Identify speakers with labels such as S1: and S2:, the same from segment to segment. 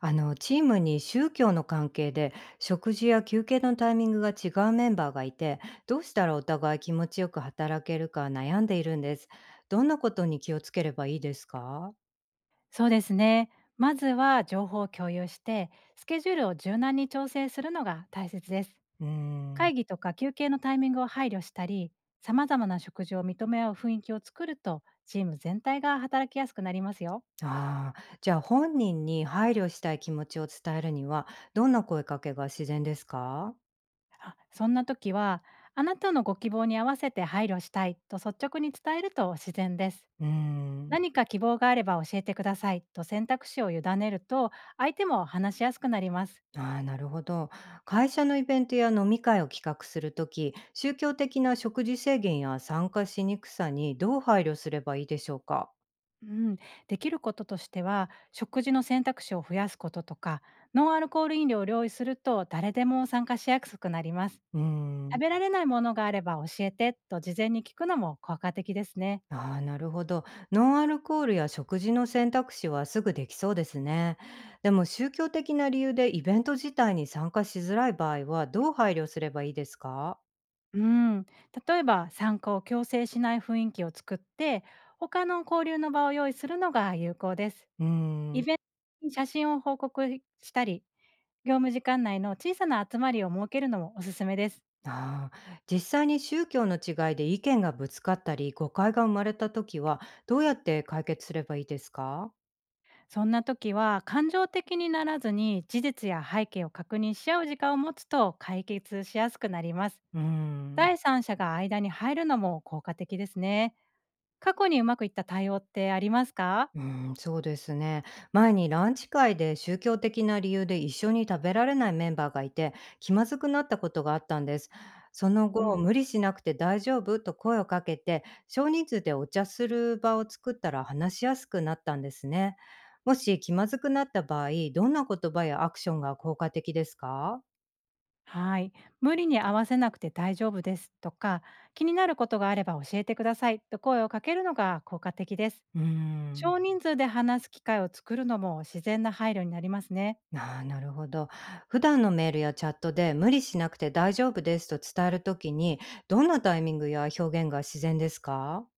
S1: あのチームに宗教の関係で食事や休憩のタイミングが違うメンバーがいて、どうしたらお互い気持ちよく働けるか悩んでいるんです。どんなことに気をつければいいですか？
S2: そうですね。まずは情報を共有して、スケジュールを柔軟に調整するのが大切です。
S1: うーん。
S2: 会議とか休憩のタイミングを配慮したり、様々な食事を認め合う雰囲気を作ると、チーム全体が働きやすくなりますよ。
S1: あー、じゃあ本人に配慮したい気持ちを伝えるには、どんな声かけが自然ですか？
S2: あ、そんな時は、あなたのご希望に合わせて配慮したいと率直に伝えると自然です。
S1: うーん。
S2: 何か希望があれば教えてくださいと選択肢を委ねると、相手も話しやすくなります。
S1: あー、なるほど。会社のイベントや飲み会を企画するとき、宗教的な食事制限や参加しにくさにどう配慮すればいいでしょうか？
S2: うん、できることとしては食事の選択肢を増やすこととか、ノンアルコール飲料を用意すると誰でも参加しやすくなります。
S1: うーん。
S2: 食べられないものがあれば教えてと事前に聞くのも効果的ですね。
S1: ああ、なるほど。ノンアルコールや食事の選択肢はすぐできそうですね。でも宗教的な理由でイベント自体に参加しづらい場合はどう配慮すればいいですか？
S2: うん、例えば参加を強制しない雰囲気を作って、他の交流の場を用意するのが有効です。
S1: うー
S2: イ
S1: ん。
S2: ベントに写真を報告したり、業務時間内の小さな集まりを設けるのもおすすめです。
S1: ああ、実際に宗教の違いで意見がぶつかったり、誤解が生まれた時は、どうやって解決すればいいですか？
S2: そんな時は、感情的にならずに事実や背景を確認し合う時間を持つと解決しやすくなります。
S1: うーん。
S2: 第三者が間に入るのも効果的ですね。過去にうまくいった対応ってありますか？
S1: うん、そうですね。前にランチ会で宗教的な理由で一緒に食べられないメンバーがいて、気まずくなったことがあったんです。その
S2: う
S1: 後、
S2: ん。
S1: 無理しなくて大丈夫と声をかけて、少人数でお茶する場を作ったら話しやすくなったんですね。もし気まずくなった場合、どんな言葉やアクションが効果的ですか？
S2: はい。無理に合わせなくて大丈夫ですとか、気になることがあれば教えてくださいと声をかけるのが効果的です。
S1: うーん。
S2: 少人数で話す機会を作るのも自然な配慮になりますね。
S1: ああ、なるほど。普段のメールやチャットで無理しなくて大丈夫ですと伝えるときに、どんなタイミングや表現が自然ですか？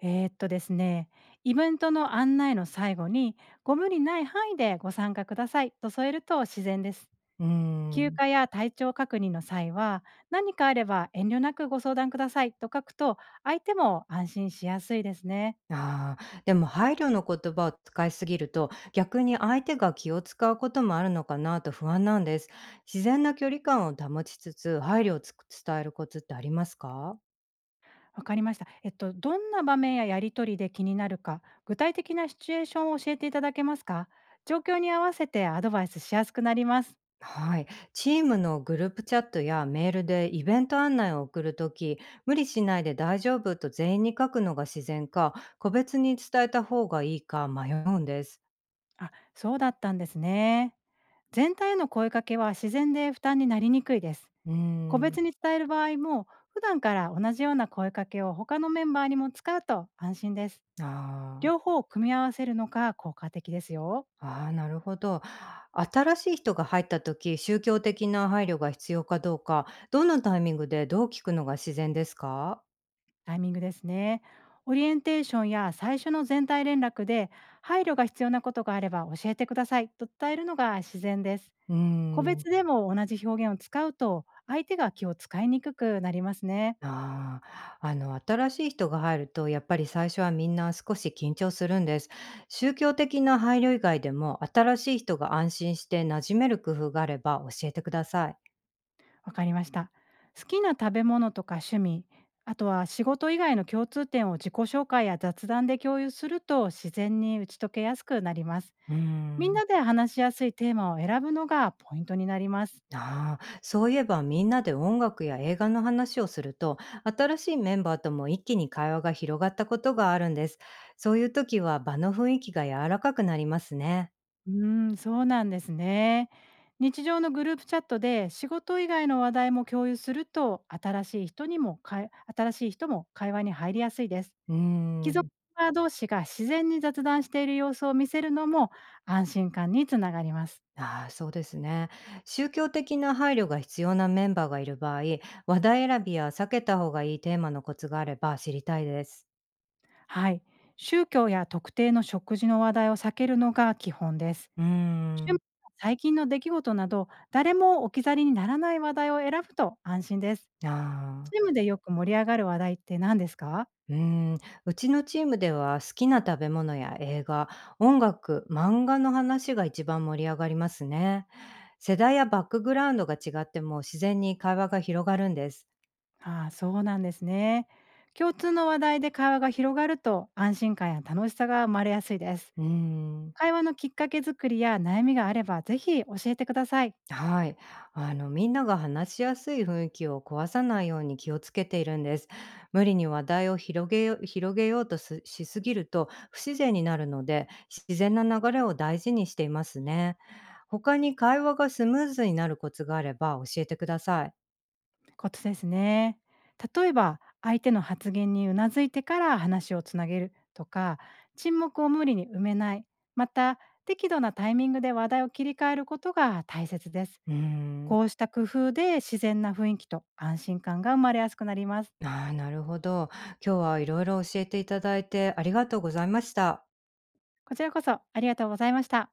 S2: えーっとですね、イベントの案内の最後に、ご無理ない範囲でご参加くださいと添えると自然です。
S1: うー
S2: 休
S1: ん。
S2: 暇や体調確認の際は、何かあれば遠慮なくご相談くださいと書くと、相手も安心しやすいですね。
S1: ああ、でも配慮の言葉を使いすぎると、逆に相手が気を使うこともあるのかなと不安なんです。自然な距離感を保ちつつ、配慮を伝えるコツってありますか？
S2: わかりました。どんな場面ややりとりで気になるか、具体的なシチュエーションを教えていただけますか？状況に合わせてアドバイスしやすくなります。
S1: はい。チームのグループチャットやメールでイベント案内を送るとき、無理しないで大丈夫と全員に書くのが自然か、個別に伝えた方がいいか迷うんです。
S2: あ、そうだったんですね。全体への声かけは自然で負担になりにくいです。
S1: うー
S2: 個
S1: ん。
S2: 別に伝える場合も、普段から同じような声かけを他のメンバーにも使うと安心です。
S1: あー
S2: 両方を組み合わせるのが効果的ですよ。
S1: あー、なるほど。新しい人が入ったとき、宗教的な配慮が必要かどうか、どのタイミングでどう聞くのが自然ですか？
S2: タイミングですね。オリエンテーションや最初の全体連絡で、配慮が必要なことがあれば教えてくださいと伝えるのが自然です。
S1: うー
S2: 個
S1: ん。
S2: 別でも同じ表現を使うと、相手が気を使いにくくなりますね。
S1: ああ、新しい人が入ると、やっぱり最初はみんな少し緊張するんです。宗教的な配慮以外でも、新しい人が安心して馴染める工夫があれば教えてください。
S2: わかりました。好きな食べ物とか趣味、あとは仕事以外の共通点を自己紹介や雑談で共有すると、自然に打ち解けやすくなります。
S1: うー
S2: みん
S1: ん。
S2: なで話しやすいテーマを選ぶのがポイントになります。
S1: ああ、そういえばみんなで音楽や映画の話をすると、新しいメンバーとも一気に会話が広がったことがあるんです。そういう時は場の雰囲気が柔らかくなりますね。
S2: うーん、そうなんですね。日常のグループチャットで仕事以外の話題も共有すると、新しい人も会話に入りやすいです。
S1: うー
S2: 既存
S1: ん。
S2: メンバー同士が自然に雑談している様子を見せるのも、安心感につながります。
S1: ああ、そうですね。宗教的な配慮が必要なメンバーがいる場合、話題選びや避けた方がいいテーマのコツがあれば知りたいです。
S2: はい。宗教や特定の食事の話題を避けるのが基本です。
S1: うー
S2: 趣
S1: ん。
S2: 味や最近の出来事など、誰も置き去りにならない話題を選ぶと安心です。
S1: ああ。
S2: チームでよく盛り上がる話題って何ですか？
S1: うーん。うちのチームでは好きな食べ物や映画、音楽、漫画の話が一番盛り上がりますね。世代やバックグラウンドが違っても自然に会話が広がるんです。
S2: ああ、そうなんですね。共通の話題で会話が広がると、安心感や楽しさが生まれやすいです。
S1: うーん。
S2: 会話のきっかけ作りや悩みがあれば、ぜひ教えてください。
S1: はい。みんなが話しやすい雰囲気を壊さないように気をつけているんです。無理に話題を広げようとしすぎると不自然になるので、自然な流れを大事にしていますね。他に会話がスムーズになるコツがあれば教えてください。
S2: ことですね。例えば、相手の発言にうなずいてから話をつなげるとか、沈黙を無理に埋めない、また、適度なタイミングで話題を切り替えることが大切です。
S1: うーん。
S2: こうした工夫で自然な雰囲気と安心感が生まれやすくなります。
S1: ああ、なるほど。今日はいろいろ教えていただいてありがとうございました。
S2: こちらこそありがとうございました。